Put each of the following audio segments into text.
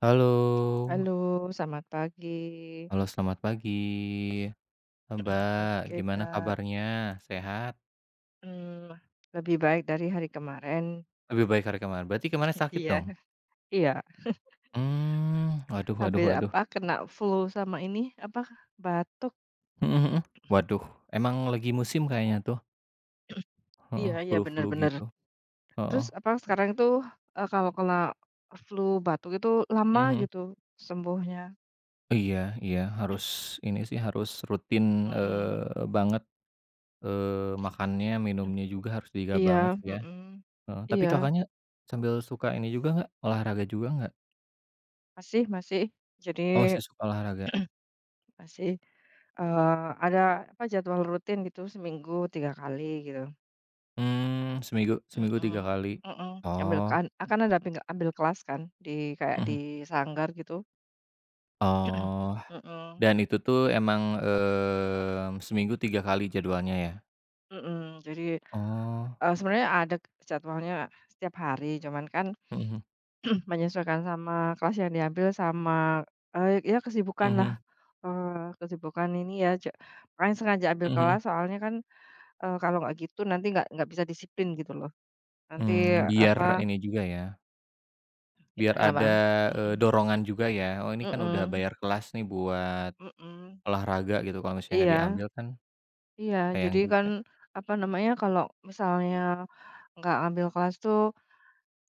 Halo, Halo, selamat pagi. halo selamat pagi, Mbak, Oke, gimana Kak, kabarnya, sehat? mmm, lebih baik dari hari kemarin. Lebih baik hari kemarin, berarti kemarin sakit Iya, dong? iya, Waduh waduh habis waduh, apa, kena flu sama ini, apa, batuk. mhm mhm, waduh, emang lagi musim kayaknya tuh, heeh, Iya iya, bener flu-flu bener. gitu, heeh, Terus apa, sekarang itu, kalau kena flu, batuk itu lama mhm mhm. gitu sembuhnya. Iya iya, harus ini sih, harus rutin, Mhm, banget, makannya, minumnya juga harus dijaga banget iya, sih ya, mhm, heeh, tapi iya, Kakaknya sambil suka ini juga nggak, olahraga juga nggak? masih masih. Jadi Oh masih suka olahraga? masih, eee, ada apa, jadwal rutin gitu seminggu 3 kali gitu. Seminggu seminggu 3 Mhm kali. mhm, ambil Oh. kan akan ada ping ambil kelas kan di kayak Mhm. di sanggar gitu. Oh. Mhm Dan itu tuh emang, seminggu 3 kali jadwalnya ya? mhm, jadi, Oh. Sebenarnya ada jadwalnya setiap hari, cuman kan Mhm menyesuaikan sama kelas yang diambil sama, ya kesibukanlah, mhm kesibukan ini ya makanya sengaja ambil mhm. kelas soalnya kan, kalau nggak gitu nanti nggak bisa disiplin gitu loh, nanti Mmm, biar apa ini juga ya, biar kenapa? ada, Mhm dorongan juga ya, "Oh ini kan udah mhm bayar kelas nih buat mhm. olahraga," gitu, kalau misalnya nggak Iya. diambil kan Iya, sayang jadi kan, juga. apa namanya, kalau misalnya nggak ngambil kelas tuh,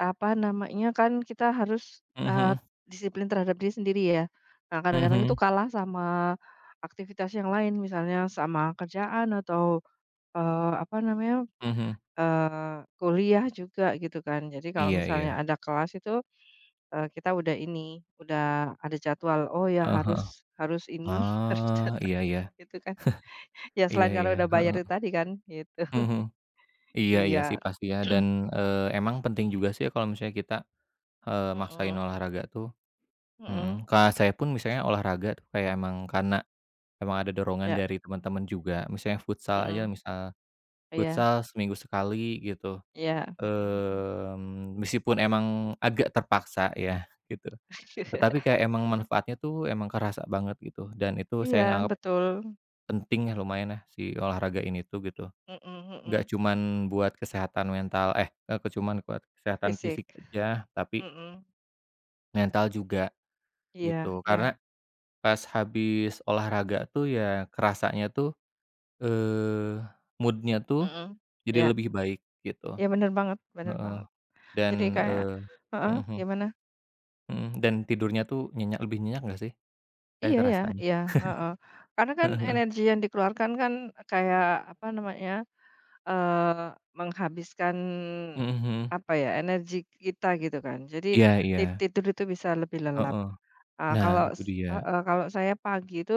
apa namanya, kan kita harus, eee, Mhm disiplin terhadap diri sendiri ya. Nah, kadang-kadang itu mhm kalah sama aktivitas yang lain, misalnya sama kerjaan atau, apa namanya, mhm. Kuliah juga gitu kan. Jadi kalau Iya misalnya iya. ada kelas itu, kita udah ini, udah ada jadwal, oh ya Heeh heeh. harus harus ini, harus Ah, datang iya iya. gitu kan. Ya Iya selain karena iya. Iya iya, udah bayar heeh. itu tadi kan, gitu. Mhm. Iya iya sih Iya. pasti ya Mhm dan, emang penting juga sih ya kalau misalnya kita, maksain mhm olahraga tuh mhm, mhm, Kak, saya pun misalnya olahraga tuh kayak emang karena emang ada dorongan ya, dari teman-teman juga, misalnya futsal aja mhm, misal iya futsal seminggu sekali gitu, iya, mhm mhm. Meskipun emang agak terpaksa ya gitu, tetapi kayak emang manfaatnya tuh emang kerasa banget gitu dan itu Iya saya nganggap betul, penting ya lumayan lah si olahraga ini tuh gitu. mhm Nggak mhm, cuman buat kesehatan mental eh, nggak cuman buat kesehatan fisik, fisik aja, tapi mhm, mental juga iya gitu. iya, Karena pas habis olahraga tuh ya kerasanya tuh, eee, mood-nya tuh mhm, jadi iya lebih baik gitu, iya bener banget bener heeh, banget. dan, Jadi kayak eee mhm heeh, mhm gimana? mhm, dan tidurnya tuh nyenyak lebih nyenyak nggak sih? Saya Iya ya kerasanya. iya, heeh, karena kan Heeh energi yang dikeluarkan kan kayak apa namanya, eh, menghabiskan Mhm mhm. apa ya, energi kita gitu kan. Jadi Iya iya, tidur itu bisa lebih lelap. heeh. Nah Kalau itu dia. heeh, kalau saya pagi itu,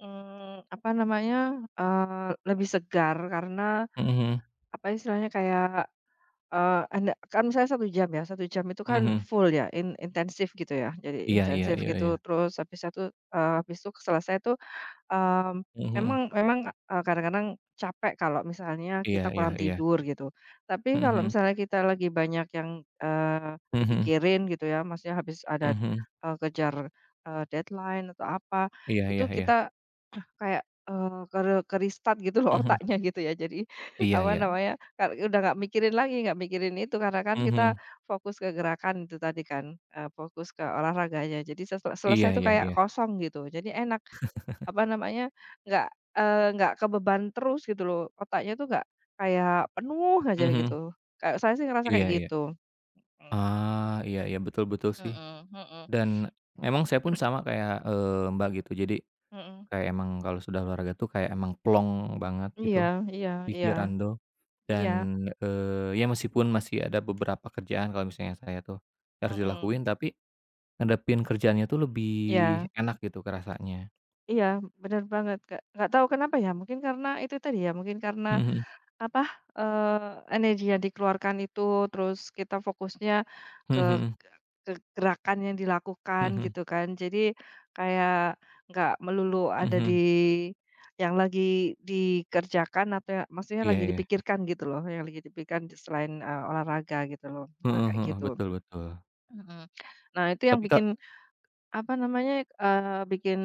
apa namanya, lebih segar karena Mhm mhm. apa istilahnya kayak, anda kan saya 1 jam ya, 1 jam itu Mhm kan mhm. full ya, intensif gitu ya, jadi Iya iya intensif iya gitu, iya. terus habis satu habis itu selesai itu. Mmm, Mhm mhm. memang memang, kadang-kadang capek kalau misalnya Iya kita iya kurang iya. tidur gitu. Tapi Mhm kalau mhm. misalnya kita lagi banyak yang, eee, Mhm mhm. dipikirin gitu ya, maksudnya habis ada, Mhm, kejar, deadline atau apa, iya itu iya iya, kita kayak, eee, ke-restart gitu loh mhm, otaknya gitu ya. Jadi iya apa iya, namanya, udah nggak mikirin lagi, nggak mikirin itu karena kan kita mhm, fokus ke gerakan itu tadi kan, fokus ke olahraganya. Jadi iya selesai itu iya kayak iya, kosong gitu, jadi enak. Apa namanya, nggak, nggak kebeban terus gitu loh, otaknya tuh nggak kayak penuh aja mhm, gitu. Kayak saya sih ngerasa iya kayak iya, gitu. Mmm, ah, iya iya, betul betul sih, mhm mhm dan emang saya pun sama kayak, Mbak gitu, jadi mhm. kayak emang kalau sudah olahraga tuh kayak emang plong banget Iya gitu iya iya pikiran tuh dan, iya, ya meskipun masih ada beberapa kerjaan kalau misalnya saya tuh harus mhm, dilakuin, tapi ngadepin kerjaannya tuh lebih iya enak gitu kerasanya. iya, benar banget, Kak. Nggak tahu kenapa ya, mungkin karena itu tadi ya, mungkin karena Mhm, apa, energi yang dikeluarkan itu, terus kita fokusnya ke mhm gerakan yang dilakukan mhm gitu kan. Jadi kayak nggak melulu ada di mhm, yang lagi dikerjakan atau ya maksudnya iya lagi iya, dipikirkan gitu loh, yang lagi dipikirkan di selain, olahraga gitu loh. Nah heeh kayak heeh, gitu. betul betul. Mhm. Nah itu yang Tapi Kak bikin apa namanya, bikin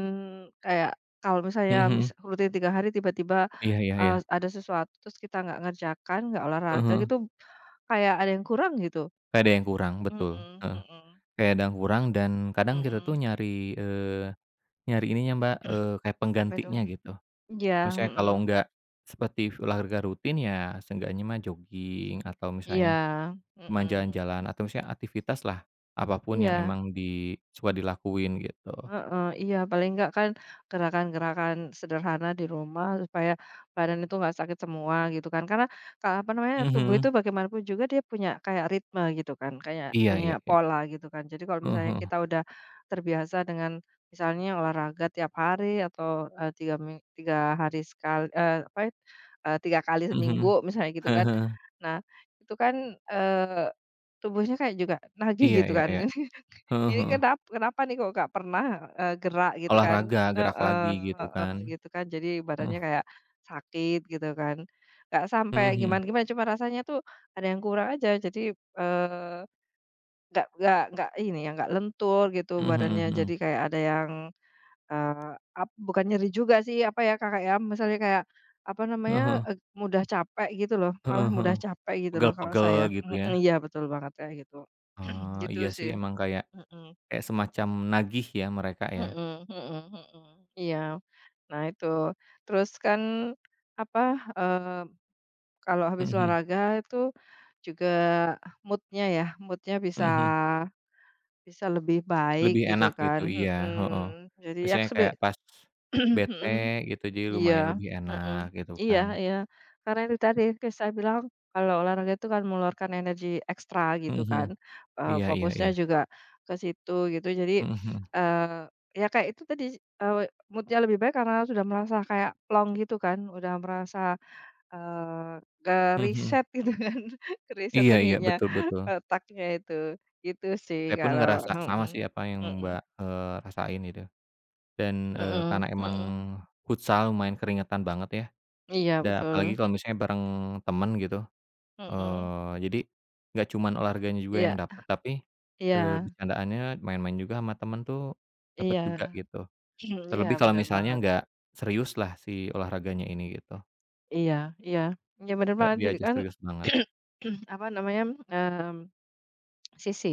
kayak kalau mhm misalnya mhm, rutin 3 hari tiba-tiba, iya iya iya, ada sesuatu terus kita nggak ngerjakan, nggak heeh olahraga heeh, gitu, kayak ada yang kurang gitu. kayak ada yang kurang, betul, Mhm heeh, mhm kayak ada yang kurang dan kadang kita tuh mhm. nyari, nyari ininya Mbak, kayak Apa itu? penggantinya gitu. Iya, Misalnya mhm, kalau nggak seperti olahraga rutin ya seenggaknya mah jogging atau iya, misalnya cuma mhm, jalan-jalan atau misalnya aktivitas lah, apa pun yang iya. emang di suka dilakuin gitu. Heeh, iya paling enggak kan gerakan-gerakan sederhana di rumah supaya badan itu enggak sakit semua gitu kan. Karena apa namanya, tubuh itu Mhm, bagaimanapun juga dia punya kayak ritme gitu kan, kayak iya punya iya iya, pola gitu kan. Jadi kalau heeh misalnya heeh, kita udah terbiasa dengan misalnya olahraga tiap hari atau, 3 mi 3 hari sekali eh apa, 3 kali mhm mhm, seminggu misalnya gitu heeh kan. heeh, Nah, itu kan, eee, tubuhnya kayak juga nagih iya gitu iya kan. iya, heeh Ini heeh, kenapa nih kok nggak pernah, gerak gitu kan? olahraga, gerak Heeh lagi gitu heeh, kan, gitu kan. Jadi badannya heeh, kayak sakit gitu kan. Nggak sampai mhm mhm. gimana-gimana, cuma rasanya tuh ada yang kurang aja. Jadi, nggak ini ya, nggak lentur gitu Mhm mhm badannya. mhm. Jadi kayak ada yang, eee, bukan nyeri juga sih, apa ya, Kakak, ya, misalnya kayak, apa namanya, Heeh heeh. Mudah capek gitu loh, malah Heeh mudah capek gitu loh kalau Pegel-pegel saya. gitu ya. Mhm, iya betul banget kayak gitu. Oh, Gitu iya sih sih. emang kayak Mhm. kayak semacam nagih ya mereka ya. Mhm mhm mhm, iya. Nah itu, terus kan, apa, eee, kalau Mhm habis mhm. olahraga itu juga mood-nya ya, mood-nya bisa Mhm mhm. bisa lebih baik Lebih gitu enak kan, gitu, iya, heeh. mhm. Jadi ya Maksudnya kayak pas bete mhm. gitu jadi lumayan Iya, lebih mhm, enak gitu iya kan. iya, karena itu tadi kayak saya bilang kalau olahraga itu kan mengeluarkan energi ekstra Mhm gitu mhm. kan, Iya iya fokusnya iya. juga ke situ gitu jadi, Mhm mhm. Ya kayak itu tadi, eee, mood-nya lebih baik karena sudah merasa kayak plong gitu kan, udah merasa, eee, Mhm mhm. ke-reset gitu kan, ke-reset Iya iya, ininya, betul betul. otaknya itu, gitu sih Saya pun kalau ngerasa sama sih mhm, apa yang mhm, Mbak, rasain itu. Dan, mhm karena emang mhm, futsal lumayan keringetan banget ya iya Da betul, apalagi kalau misalnya bareng temen gitu, mhm, jadi nggak cuman olahraganya juga iya yang dapet, tapi, iya. bercandaannya, main-main juga sama temen tuh dapet Iya, juga gitu. iya Terlebih kalau bener misalnya banget. nggak seriuslah si olahraganya ini gitu, Iya iya. Iya bener nggak banget jadi diajak kan serius banget. apa namanya, sisi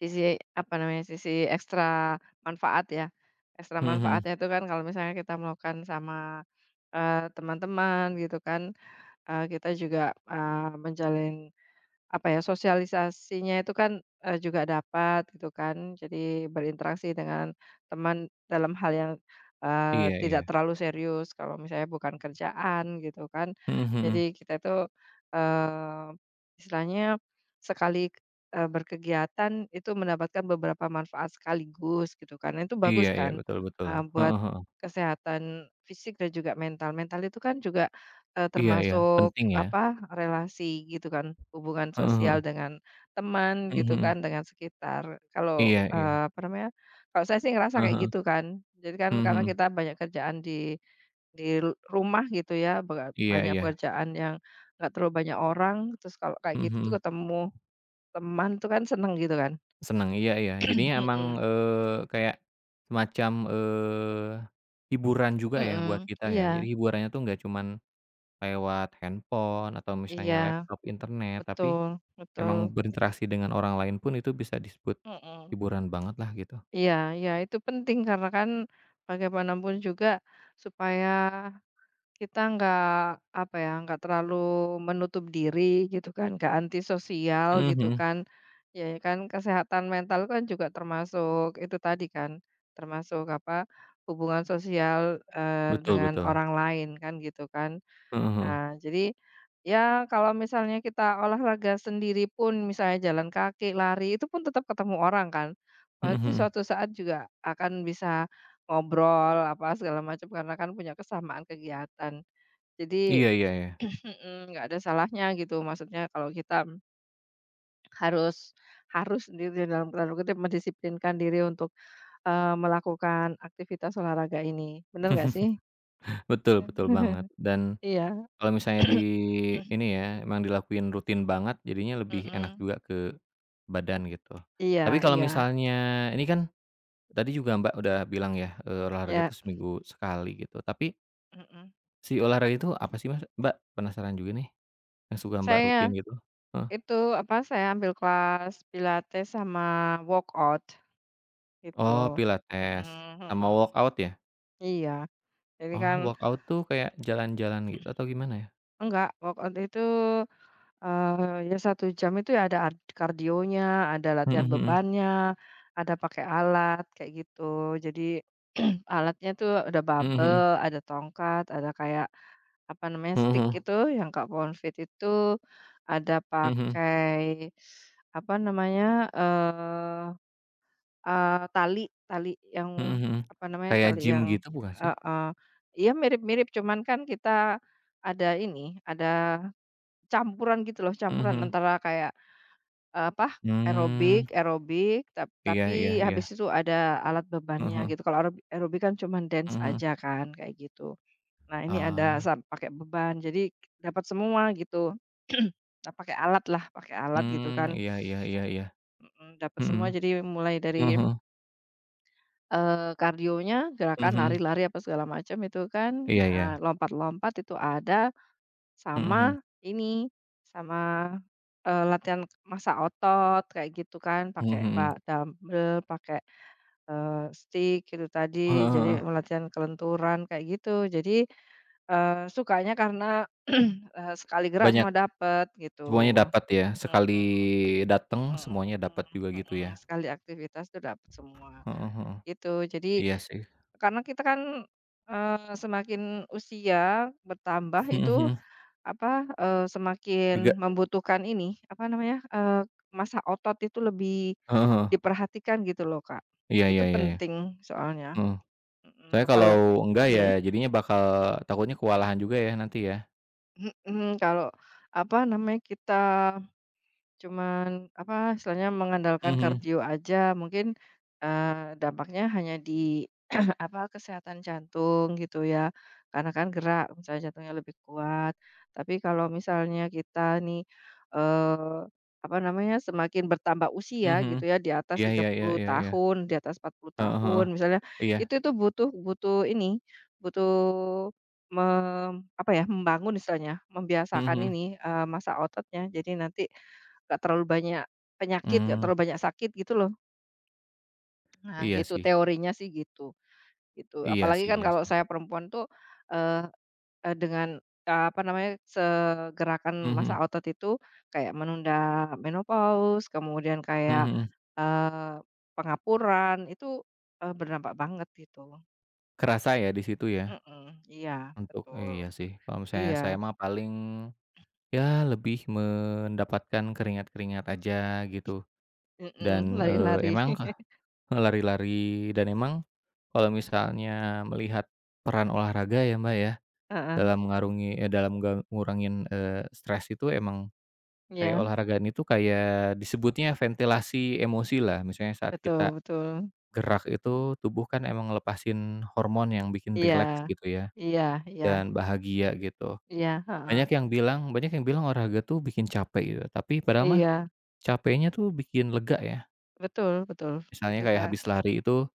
sisi apa namanya, sisi ekstra manfaat ya, ekstra Mhm mhm. manfaatnya itu kan kalau misalnya kita melakukan sama, teman-teman gitu kan, kita juga, menjalin apa ya, sosialisasinya itu kan, juga dapat gitu kan, jadi berinteraksi dengan teman dalam hal yang, Iya iya. tidak terlalu serius kalau misalnya bukan kerjaan gitu kan. Mhm mhm. Jadi kita itu, eee, istilahnya sekali, berkegiatan itu mendapatkan beberapa manfaat sekaligus gitu kan, itu Iya bagus iya, kan, betul betul. Buat Heeh heeh. kesehatan fisik dan juga mental. Mental itu kan juga, Iya iya, termasuk penting ya. apa, relasi gitu kan, hubungan Heeh heeh. sosial dengan teman Mhm gitu mhm. kan, dengan sekitar. Kalau, Iya iya. Apa namanya, kalau saya sih ngerasa Heeh kayak heeh. gitu kan. Jadi kan Mhm karena mhm. kita banyak kerjaan di rumah gitu ya, Iya banyak iya. pekerjaan yang nggak terlalu banyak orang, terus kalau kayak Mhm gitu tuh mhm. ketemu teman tuh kan seneng gitu kan. Seneng, iya iya. Jadinya emang, Mhm, kayak semacam, hiburan juga ya mhm, buat kita ya. iya Jadi hiburannya tuh nggak cuman lewat handphone atau iya, misalnya laptop, internet, tapi betul betul, emang berinteraksi dengan orang lain pun itu bisa disebut mhm. hiburan banget lah gitu. Iya iya, itu penting karena kan bagaimanapun juga supaya kita nggak, apa ya, nggak terlalu menutup diri gitu kan, nggak antisosial Mhm gitu mhm. kan. Ya ya kan kesehatan mental kan juga termasuk itu tadi kan, termasuk apa, hubungan sosial, Betul dengan betul. orang lain kan gitu kan. Heeh heeh. Nah jadi, ya kalau misalnya kita olahraga sendiri pun misalnya jalan kaki, lari, itu pun tetap ketemu orang kan. Mhm Berarti mhm. suatu saat juga akan bisa ngobrol apa segala macam karena kan punya kesamaan kegiatan. Jadi Iya iya iya. mhm, nggak ada salahnya gitu, maksudnya kalau kita harus harus sendiri dalam tanda kutip mendisiplinkan diri untuk, melakukan aktivitas olahraga ini, bener nggak sih? Betul betul banget dan Iya. Kalau misalnya di ini ya, emang dilakuin rutin banget jadinya lebih enak Mhm. juga ke badan gitu. Iya Tapi kalau iya, misalnya ini kan tadi juga Mbak udah bilang ya, olahraga ya, tuh seminggu sekali gitu, tapi mhm. si olahraga itu apa sih, Mas? Mbak, penasaran juga nih, yang suka Mbak rutin Saya gitu. Heeh. itu, apa, saya ambil kelas pilates sama workout Oh, gitu. pilates Mhm sama mhm. workout ya? Iya, jadi Oh, kan workout tuh kayak jalan-jalan gitu atau gimana ya? enggak, workout itu ya satu jam itu ya ada kardionya, ada Mhm latihan mhm. bebannya, ada pakai alat kayak gitu. Jadi alatnya tuh ada Mhm babel, mhm. ada tongkat, ada kayak apa namanya, Mhm stick mhm. itu yang Kak Fit itu, ada Mhm mhm. pakai apa namanya, eee eee, tali tali Mhm yang mhm. apa namanya, Kayak tali gym yang gitu bukan sih? heeh. Iya mirip-mirip cuman kan kita ada ini, ada campuran gitu loh, Mhm campuran mhm. antara kayak, apa, Mmm. aerobik aerobik, Iya iya tapi iya. habis itu ada alat Heeh bebannya heeh. gitu. Kalau aerobik kan cuman Mhm dance mhm. aja kan, kayak gitu. Nah, ini ada Ah. Pakai beban, jadi dapat semua gitu. Nah, pakai alat lah, pakai alat gitu Mmm, kan, iya iya iya iya. mhm, dapat Mhm. semua. Jadi mulai dari, Heeh heeh. Kardionya, gerakan Mhm. lari-lari apa segala macam itu kan, Iya iya. lompat-lompat itu ada, Mhm mhm. sama ini, sama, latihan masa otot kayak gitu kan, Mhm pakai mhm. Dumbbell pakai, stik itu tadi, Heeh jadi heeh. latihan kelenturan kayak gitu. Jadi, sukanya karena, sekali gerak Banyak, semua dapet semuanya gitu. dapat ya, sekali Mhm dateng semuanya dapat mhm juga mhm gitu mhm, ya? sekali aktivitas tuh dapet semua, Heeh heeh. gitu. Jadi Iya sih. karena kita kan, semakin usia bertambah Mhm itu mhm. apa, Berga semakin membutuhkan ini, apa namanya, massa otot itu lebih heeh heeh. diperhatikan gitu loh, Kak. Iya iya Itu iya iya. penting soalnya, Heeh. Soalnya kalau apal apala enggak ya mhm jadinya bakal takutnya kewalahan juga ya nanti ya? mhm, kalau apa namanya, kita cuman, apa, istilahnya mengandalkan Mhm. kardio aja mungkin, dampaknya hanya di apa, kesehatan jantung gitu ya, karena kan gerak, misalnya jantungnya lebih kuat. Tapi kalau misalnya kita nih, eee, apa namanya, semakin bertambah usia gitu Mhm. ya, di atas Iya tiga iya iya puluh iya iya. tahun, di atas empat puluh Heeh tahun heeh. misalnya, Iya. itu butuh butuh ini, butuh apa ya, membangun istilahnya, Mhm membiasakan mhm. ini, massa ototnya. Jadi nanti nggak terlalu banyak penyakit, nggak Mmm, terlalu banyak sakit gitu loh. Nah iya gitu sih. teorinya sih gitu, gitu. Iya Apalagi sih kan iya kalau sih. saya perempuan tuh, eee eee, dengan, apa namanya, Mhm gerakan massa mhm otot itu kayak menunda menopause, kemudian mhm kayak, mhm. eee, pengapuran, itu, berdampak banget gitu. Kerasa ya di situ ya Mhm, iya untuk betul, iya sih kalau misalnya iya, saya mah paling ya lebih mendapatkan keringat-keringat aja gitu mhm, dan, lari-lari, emang kah lari-lari dan emang kalau misalnya melihat peran olahraga ya, Mbak, ya heeh, dalam mengarungi eh, dalam ngga ngurangin, stres itu emang kayak iya, olahragaan itu kayak disebutnya ventilasi emosilah misalnya saat betul kita betul, Gerak itu tubuh kan emang ngelepasin hormon yang bikin iya, rileks gitu ya, iya iya, dan bahagia gitu. iya, heeh. Banyak yang bilang olahraga tuh bikin capek gitu, tapi padahal mah Iya, capeknya tuh bikin lega ya. betul betul, Misalnya gitu kayak Kak. habis lari itu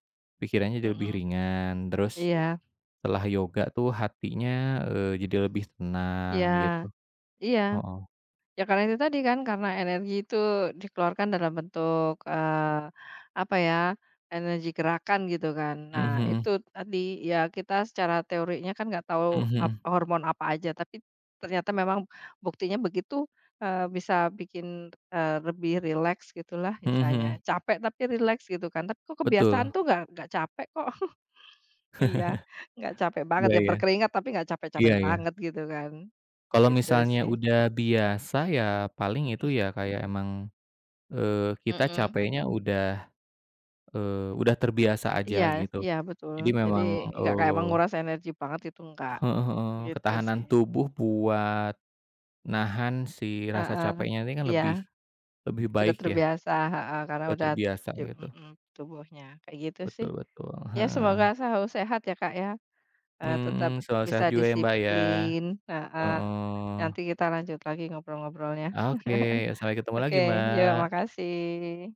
pikirannya jadi lebih Mhm. ringan, terus Iya setelah yoga tuh hatinya, jadi lebih iya tenang gitu. iya, Heeh. ya karena itu tadi kan, karena energi itu dikeluarkan dalam bentuk, apa ya, energi gerakan gitu kan. Mhm Nah itu mhm. tadi, ya kita secara teorinya kan nggak tahu Mhm mhm. hormon apa aja, tapi ternyata memang buktinya begitu, bisa bikin, lebih rileks gitulah Mhm istilahnya, mhm. capek tapi rileks gitu kan, tapi kok kebiasaan Betul. tuh nggak capek kok. Iya, nggak capek banget Iya ya, iya. berkeringat tapi nggak capek-capek Iya iya. banget gitu kan, Kalau gitu misalnya sih. udah biasa ya paling itu ya kayak emang kita Mhm. capeknya udah, udah terbiasa Iya aja gitu. iya betul, Jadi jadi memang, nggak kayak menguras energi banget itu enggak, heeh heeh, gitu ketahanan sih. tubuh buat nahan si rasa Heeh, capeknya ini kan iya, lebih lebih sudah baik ya, terbiasa, heeh, karena udah udah terbiasa di gitu. mhm, tubuhnya, kayak gitu sih. Betul betul, Ya semoga heeh. selalu sehat ya, Kak, ya, tetap Mhm, selalu bisa sehat juga ya, Mbak, ya. disiplin, heeh, Heeh. nanti kita lanjut lagi ngobrol-ngobrolnya. Oke, sampai ketemu lagi, Oke, yuk Mbak. makasih.